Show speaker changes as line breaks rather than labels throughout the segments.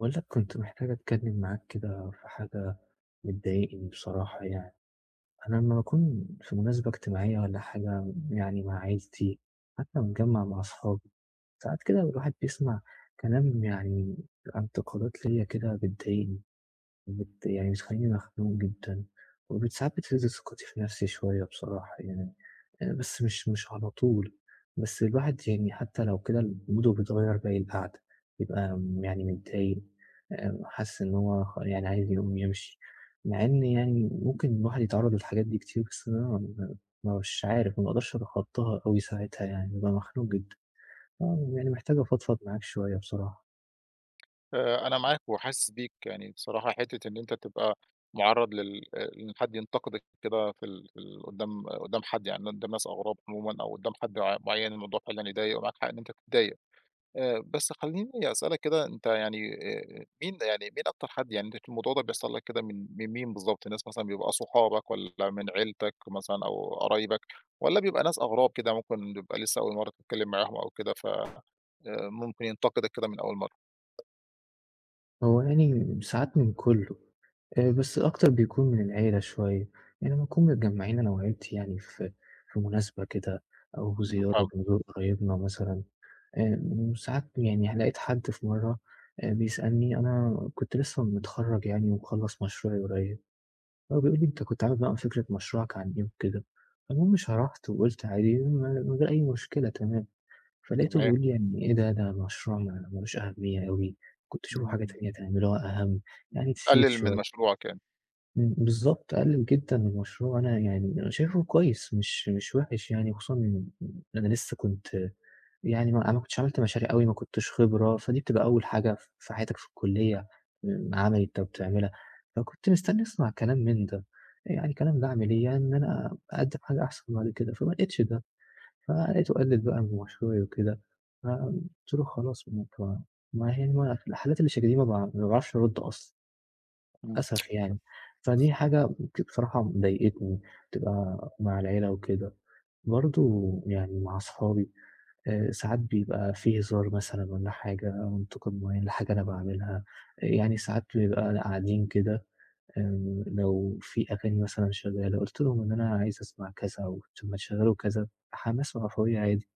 باقول لك كنت محتاج أتكلّم معاك كده في حاجة مضايقني بصراحة يعني، أنا لمّا باكون في مناسبة اجتماعية والّا حاجة يعني مع عيلتي، حتى متجمّع مع أصحابي، ساعات كده الواحد بيسمع كلام يعني بيبقى انتقادات ليّا كده بتضايقني. يعني بتخلّيني مخنوق جدًا، ساعات بتهز ثقتي في نَفْسي شوية بصراحة يعني، بس مش على طول، بس الواحد يعني حتّى لو كده موده بيتغيّر باقي القعدة، بيبقى يعني متضايق، حاسس إن هو يعني عايز يقوم يمشي، مع إن يعني ممكن الواحد يتعرّض للحاجات دي كتير، بس أنا مش عارف، ما باقدرش أتخطّاها أوي ساعتها يعني، بابقى مخنوق جدًا. آه، يعني محتاج أفضفض معاك شوية بصراحة.
أنا معاك وحاسس بيك، يعني بصراحة حتّة إن أنت تبقى مُعرّض إن حد ينتقدك كده في ال في ال قدّام قدّام حد، يعني قدّام ناس أغراب عمومًا، أو قدّام حد معيّن، الموضوع فعلًا يضايق، ومعاك حق إن أنت تتضايق. بس خلّيني أسألك كده، أنت يعني مين، يعني مين أكتر حد، يعني أنت الموضوع ده بيحصل لك كده من مين بالضبط؟ ناس مثلًا بيبقى صحابك، والّا من عيلتك مثلًا، أو قرايبك، والّا بيبقى ناس أغراب كده ممكن بيبقى لسه أول مرّة تتكلّم معاهم، أو كده ف ممكن ينتقدك كده من أول مرّة؟
هو يعني ساعات من كُلّه. بس أكتر بيكون من العيلة شوية، يعني لمّا نكون متجمّعين أنا وعيلتي يعني في مناسبة كده أو
إمم،
زيارة
فاهمك.
بنزور قرايبنا مثلًا، ساعات يعني لقيت حد في مرّة بيسألني أنا كنت لسه متخرّج يعني ومخلّص مشروعي قريب، هو بيقول لي: "أنت كنت عامل بقى فكرة مشروعك عن إيه وكده؟" فالمهم شرحت وقُلت عادي من غير أي مشكلة تمام، فلقيته
تمام.
بيقول لي: "يعني إيه ده، ده مشروع ما لوش أهمية أوي، كنت شوفوا حاجة
إمم.
تانية تعملوها أهم." يعني مشيت
قلل من
شوية.
مشروعك يعني.
إمم، بالضبط، قلل جدًا من المشروع، أنا شايفه كويس مش وحش يعني، خصوصًا إن أنا لسه كنت يعني ما أنا ما كنتش عملت مشاريع أوي، ما كنتش خبرة، فدي بتبقى أول حاجة في حياتك في الكلية، عملي أنت بتعملها، فكنت مستني أسمع كلام من ده، يعني كلام ده أعمل إيه يعني إن أنا أقدم حاجة أحسن بعد كده، فما لقيتش ده، فلقيته قلل بقى من مشروعي وكده، فقُلت له خلاص ما ك ما يعني ما في الحالات اللي شكل دي ما باعرفش أرد أصلًا.
إمم.
للأسف يعني، فدي حاجة بصراحة مضايقتني، بتبقى مع العيلة وكده. برضه يعني مع أصحابي ساعات بيبقى في هزار مثلًا والّا حاجة أو انتقاد معيّن لحاجة أنا باعملها، يعني ساعات بنبقى قاعدين كده لو في أغاني مثلًا شغالة قُلت لهم إن أنا عايز أسمع كذا أو طب ما تشغّلوا كذا، حماس وعفوية عادي.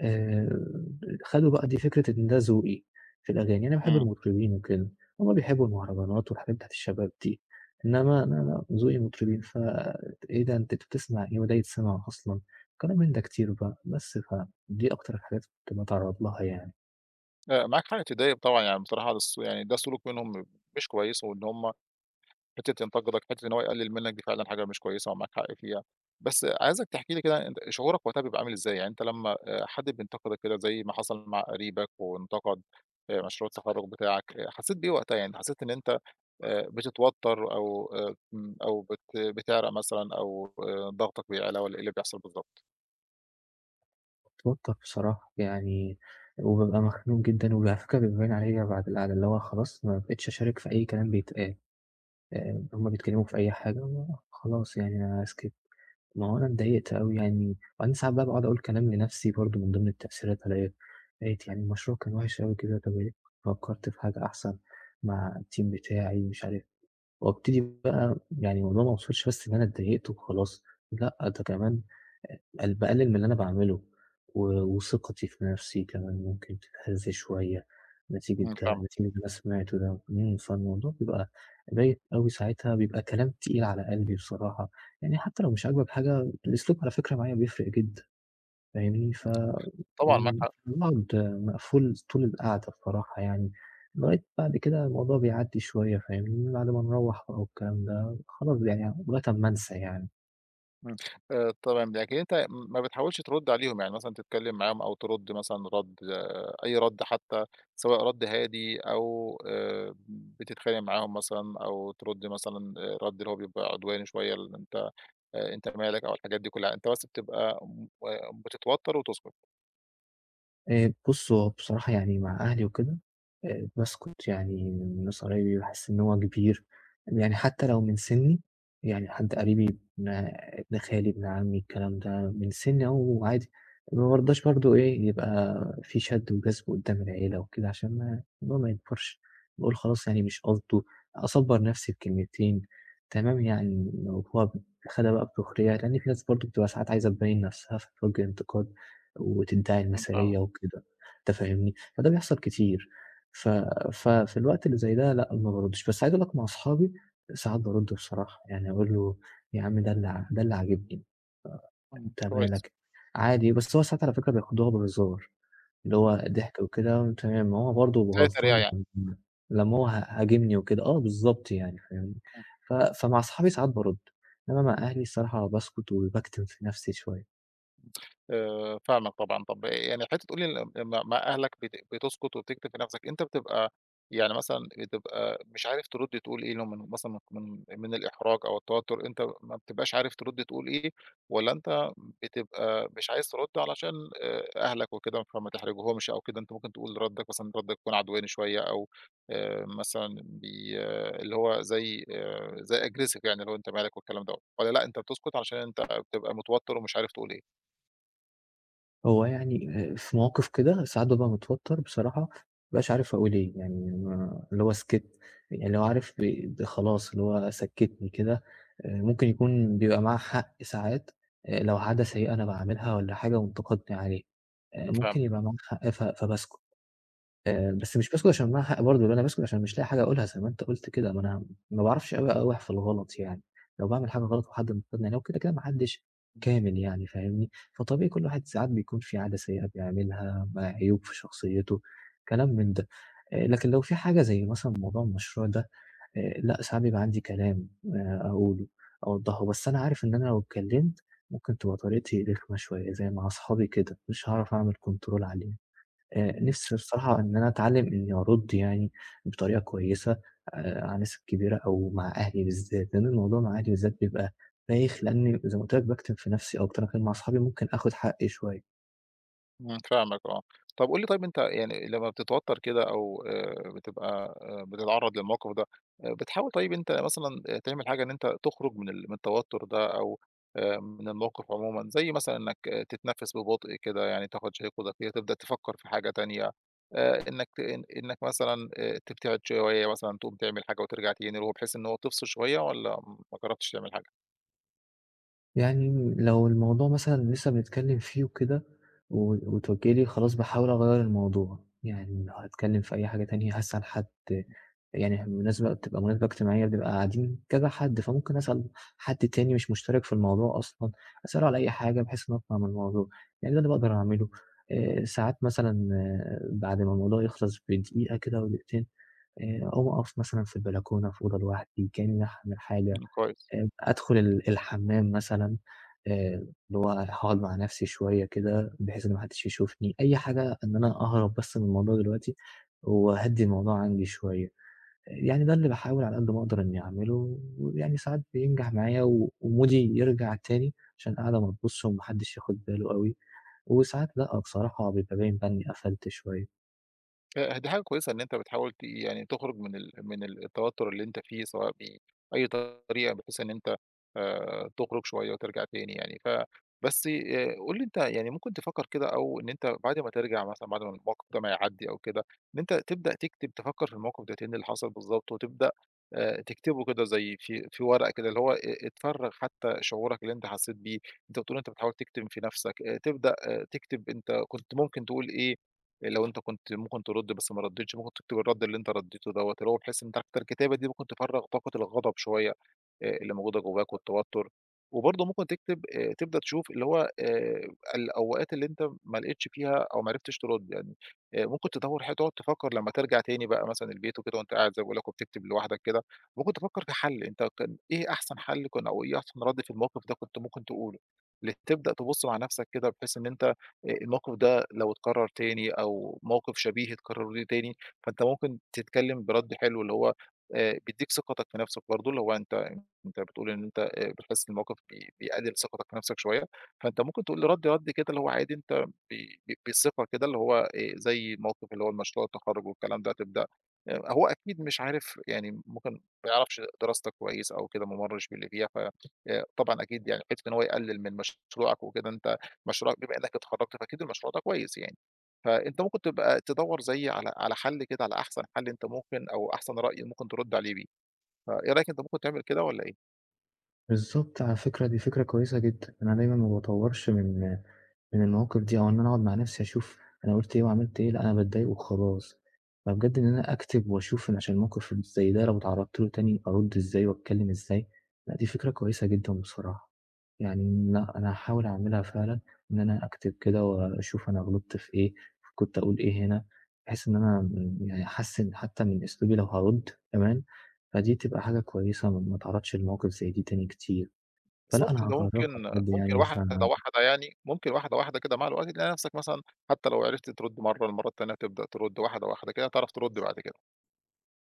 آآ خدوا بقى دي فكرة إن ده ذوقي في الأغاني، أنا باحب
إمم.
المطربين وكده، هُم بيحبوا المهرجانات والحاجات بتاعة الشباب دي، إنما أنا لأ، ذوقي مطربين إيه ده أنت بتسمع إيه وده يتسمع أصلًا، كلام من ده كتير بقى، بس فدي أكتر الحاجات كنت باتعرّض لها يعني،
لأ، معاك حق تضايق طبعًا، يعني بصراحة ده يعني ده سلوك منهم مش كويس، وإن هم حتّة ينتقدك، حتّة إن هو يقلل منك، دي فعلًا حاجة مش كويسة ومعاك حق فيها. بس عايزك تحكي لي كده أنت شعورك وقتها بيبقى عامل إزاي؟ يعني أنت لمّا حد بينتقدك كده زي ما حصل مع قريبك، وانتقد مشروع التخرُّج بتاعك، حسيت بإيه وقتها؟ يعني أنت حسيت إن أنت بتتوتر، أو إمم، أو بت بتعرق مثلًا، أو ضغطك بيعلى، والّا إيه اللي بيحصل بالضبط؟
باتوتر بصراحة يعني وبابقى مخنوق جدًا وعلى فكرة بيبقى باين عليَّ بعد القعدة اللي هو خلاص ما بقيتش أشارك في أي كلام بيتقال، هُم بيتكلموا في أي حاجة خلاص يعني أنا سكت. ما هو أنا اتضايقت أوي يعني، وبعدين ساعات بقى باقعد أقول كلام لنفسي برضه من ضمن التأثيرات عليَّ، لقيت يعني المشروع كان وحِش أوي كده، طَب يا ريتني فكّرت في حاجة أحسن مع الteam بتاعي مش عارف وابتدي بقى يعني الموضوع ما وصلش بس إن أنا اتضايقت وخلاص، لأ ده كمان باقلل من اللي أنا باعمله، و وثقتي في نفسي كمان ممكن تتهز شوية نتيجة
إمم.
ده
فاهمك.
نتيجة اللي أنا سمعته ده، فالموضوع بيبقى بايت أوي ساعتها، بيبقى كلام تقيل على قلبي بصراحة، يعني حتى لو مش عاجبك حاجة الأسلوب على فكرة معايا بيفرق جدًا فاهمني، ف
طبعًا معاك
إمم،
حق.
باقعد مقفول طول القعدة بصراحة يعني، لغاية بعد كده الموضوع بيعدّي شوية فاهمني، بعد ما نروّح بقى والكلام ده خلاص يعني لغاية أمّا أنسى يعني.
إمم. تمام، لكن أنت ما بتحاولش ترُد عليهم، يعني مثلًا تتكلّم معاهم، أو ترُد مثلًا رَد، أي رَد حتّى، سواء رَد هادي، أو بتتخانق معاهم مثلًا، أو ترُد مثلًا رَد اللي هو بيبقى عدواني شوية، اللي أنت أنت مالك، أو الحاجات دي كُلّها، أنت بس بتبقى م آه، بتتوتّر وتسكت.
بُص، هو بصراحة يعني مع أهلي وكده باسكت، يعني من ناس قرايبي باحس إن هو كبير، يعني حتى لو من سِنّي، يعني حد قريبي ابن خالي، ابن عمي، الكلام ده من سِنّي أهو عادي، ما بارضاش برضه إيه، يبقى في شَد وجذب قدّام العيلة وكده عشان ما الموضوع ما يكبرش، باقول خلاص يعني مش قصده، أصبّر نَفْسي بكلمتين تمام يعني، لو هو خدها بقى بسخرية، لإن في ناس برضه بتبقى ساعات عايزة تبيّن نَفْسها فتوجه انتقاد. وتنتهي
إمم، فاهمك.
المثالية وكده، أنت فاهمني؟ فده بيحصل كتير، ف ففي الوقت اللي زي ده لأ، ما باردش، بس عايز أقول لك مع أصحابي ساعات بارُد بصراحة، يعني أقول له يا عم ده اللي عاجبني،
إمم،
أنت
كويس.
مالك؟ عادي، بس هو ساعات على فكرة بياخدوها بهزار، اللي
إمم،
هو ضحك وكده تمام، ما هو برضه
زي
غلطان
التريقة يعني. إمم.
لمّا هو هاجمني وكده، آه بالضبط يعني فاهمني؟ فمع أصحابي ساعات بارُد، إنما مع أهلي الصراحة باسكت وباكتم في نفسي شوية.
فاهمك طبعًا، طب يعني حتّة تقول لي لمّا مع أهلك بتسكت وبتكتم في نَفْسك، أنت بتبقى، يعني مثلًا بتبقى مش عارف ترُد تقول إيه لهم، من مثلًا من الإحراج أو التوتُّر، أنت ما بتبقاش عارف ترُد تقول إيه، والّا أنت بتبقى مش عايز ترُد علشان أهلك وكده فما تحرجهمش، أو كده، أنت ممكن تقول ردّك مثلًا رَد يكون عدواني شوية، أو مثلًا بي آه، اللي هو زي زي aggressive، يعني اللي هو أنت مالك والكلام دوّة، والّا لأ أنت بتسكت علشان أنت بتبقى متوتّر، ومش عارف تقول إيه؟
هو يعني في مواقف كده ساعات بابقى متوتّر بصراحة، ما بابقاش عارف أقول إيه، يعني ما اللي هو سكِتّ، يعني اللي هو عارف خلاص اللي هو سكّتني كده، ممكن يكون بيبقى معاه حق ساعات، لو عادة سيئة أنا باعملها والّا حاجة وانتقدني عليه،
إمم،
ممكن
فاهمك.
يبقى معاه حق فباسكت.
إمم.
بس مش باسكت عشان معايا حق برضه، لأ أنا باسكت عشان مش لاقي حاجة أقولها زي ما أنت قُلت كده، ما أنا ما باعرفش أوي أوي في الغلط يعني، لو باعمل حاجة غلط وحد نقدني عليها وكده، كده ما حدش
إمم.
كامل يعني فاهمني، فطبيعي كل واحد ساعات بيكون في عادة سيئة بيعملها، ما عيوب في شخصيته، كلام من ده. لكن لو في حاجة زي مثلًا موضوع المشروع ده، لأ ساعات بيبقى عندي كلام أقوله، أوضّحه، بس أنا عارف إن أنا لو اتكلمت ممكن تبقى طريقتي رخمة شوية زي مع أصحابي كده، مش هاعرف أعمل control عليه.
إمم.
نِفْسي الصراحة إن أنا أتعلّم إنّي أرُد يعني بطريقة كويسة على الناس الكبيرة أو مع أهلي بالذات، لإن الموضوع مع أهلي بالذات بيبقى بايخ لإنّي زي ما قُلت لك باكتم في نَفْسي أكتر، لكن مع أصحابي ممكن آخُد حقّي شوية.
إمم، فاهمك آه. طب قُل لي، طيب أنت يعني لمّا بتتوتّر كده، أو بتبقى بتتعرّض للموقف ده، بتحاول طيب أنت مثلًا تعمل حاجة إن أنت تخرج من التوتّر ده، أو من الموقف عمومًا، زي مثلًا إنّك تتنفّس ببطء كده، يعني تاخُد شهيق ودقيق، تبدأ تفكّر في حاجة تانية، إنّك ت إن إنّك مثلًا تبتعد شوية، مثلًا تقوم تعمل حاجة وترجع تاني، اللي هو بحيث إن هو تفصل شوية، والّا ما جرّبتش تعمل حاجة؟
يعني لو الموضوع مثلًا لسه بنتكلّم فيه وكده و وتقولي لي خلاص باحاول أغيّر الموضوع، يعني لو هاتكلّم في أي حاجة تانية هاسأل حد، يعني المناسبة بتبقى مناسبة اجتماعية بنبقى قاعدين كذا حد، فممكن أسأل حد تاني مش مشترك في الموضوع أصلًا، أسأله على أي حاجة بحيث إن أنا أطلع من الموضوع، يعني ده اللي باقدر أعمله. ساعات مثلًا آه، بعد ما الموضوع يخلص بدقيقة كده أو دقيقتين، أقوم أقف مثلًا في البلكونة في أوضة لوحدي كإنّي باعمل حاجة.
إمم، كويس.
أدخل الحمّام مثلًا، اللي هو هاقعد مع نَفْسي شوية كده بحيث إن ما حدّش يشوفني، أي حاجة إن أنا أهرب بس من الموضوع دلوقتي وأهدّي الموضوع عندي شوية، يعني ده اللي باحاول على قد ما أقدر إنّي أعمله ويعني ساعات بينجح معايا ومودي يرجع تاني عشان القعدة ما تبوظش وما حدّش ياخُد باله أوي وساعات لأ، بصراحة بيبقى باين بقى إنّي قفلت شوية.
دي حاجة كويسة إن أنت بتحاول يعني تخرج من التوتر اللي أنت فيه، سواء بأي طريقة، بحيث إن أنت تخرج شوية وترجع تاني يعني. بس قُل لي، أنت يعني ممكن تفكر كده، أو إن أنت بعد ما ترجع مثلًا، بعد ما الموقف ده ما يعدّي أو كده، إن أنت تبدأ تكتب، تفكر في الموقف ده تاني اللي حصل بالضبط، وتبدأ تكتبه كده، زي في ورقة كده، اللي هو تفرّغ حتى شعورك اللي أنت حسيت بيه، أنت بتقول أنت بتحاول تكتم في نفسك، تبدأ تكتب أنت كنت ممكن تقول إيه لو أنت كنت ممكن ترد، بس ما رديتش، ممكن تكتب الرد اللي أنت رديته دوّة، اللي هو بحيث إن أنت عارف الكتابة دي ممكن تفرّغ طاقة الغضب شوية، اللي موجودة جواك والتوتر، وبرضه ممكن تكتب تبدأ تشوف اللي هو الأوقات اللي أنت ما لقيتش فيها أو ما عرفتش ترد يعني، ممكن تدوّر تقعد تفكّر لمّا ترجع تاني بقى مثلًا البيت وكده، وأنت قاعد زي ما باقول لك وبتكتب لوحدك كده، ممكن تفكّر في حل، أنت كان إيه أحسن حل كان، أو إيه أحسن رد في الموقف ده كنت ممكن تقوله، تبدأ تبُص مع نفْسك كده، بحيث إن أنت الموقف ده لو اتكرر تاني، أو موقف شبيه اتكرر ليه تاني، فأنت ممكن تتكلم برَد حلو، اللي هو بيدّيك ثقتك في نَفْسك برضه، اللي هو أنت بتقول إن أنت بتحس إن الموقف بيقلل ثقتك في نَفْسك شوية، فأنت ممكن تقول لي رَد كده اللي هو عادي، أنت بي ب بالثقة كده، اللي هو زي موقف اللي هو مشروع التخرُّج والكلام ده، تبدأ هو أكيد مش عارف يعني، ممكن ما يعرفش دراستك كويس أو كده، ما مرّش باللي فيها، ف طبعًا أكيد يعني، حتّة إن هو يقلل من مشروعك وكده، أنت مشروعك بما إنّك اتخرّجت، فأكيد المشروع ده كويس يعني. فأنت ممكن تبقى تدوّر زي على حَل كده، على أحسن حَل أنت ممكن، أو أحسن رأي ممكن ترُد عليه بيه. فإيه رأيك، أنت ممكن تعمل كده والّا إيه؟
بالضبط، على فكرة دي فكرة كويسة جدًا، أنا دايمًا ما باطوّرش من المواقف دي أو إن أنا أقعد مع نفسي أشوف أنا قُلت إيه وعملت إيه، لأ أنا باتضايق وخلاص. فبجد إن أنا أكتب وأشوف إن عشان الموقف زي ده لو اتعرّضت له تاني أرُد إزاي وأتكلّم إزاي، لأ دي فكرة كويسة جدًا بصراحة. يعني لأ أنا هاحاول أعملها فعلًا، إن أنا أكتب كده وأشوف أنا غلطت في إيه، كنت أقول إيه هنا، بحيث إن أنا يعني أحسّن حتّى من أسلوبي لو هارُد كمان، فدي تبقى حاجة كويسة ما اتعرّضش لمواقف زي دي تاني كتير. فلأ
بالضبط،
أنا
أنت
هاجرّبها
ممكن
بجد
ممكن
يعني.
واحدة، واحدة يعني، ممكن واحدة، واحدة كده مع الوقت تلاقي نَفْسك مثلًا حتّى لو عرفت ترُد مرّة، المرّة التانية تبدأ ترُد، واحدة، واحدة كده هتعرف ترُد بعد كده.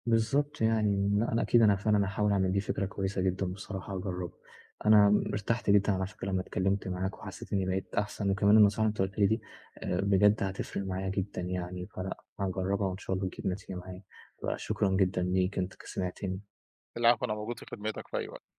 بالضبط يعني، لأ أنا أكيد أنا فعلًا هاحاول أعمل دي فكرة كويسة جدًا بصراحة هاجرّبها. أنا ارتحت جدًا على فكرة لمّا اتكلّمت معاك وحسّيت إنّي بقيت أحسن، وكمان النصيحة اللي أنت قُلت لي دي بجد هتفرق معايا جدًا يعني، فلأ هاجرّبها وإن شاء الله تجيب نتيجة معايا. فشكرًا جدًا ليك أنت سمعتني.
العفو، أنا موجود في خدمتك في أي وقت.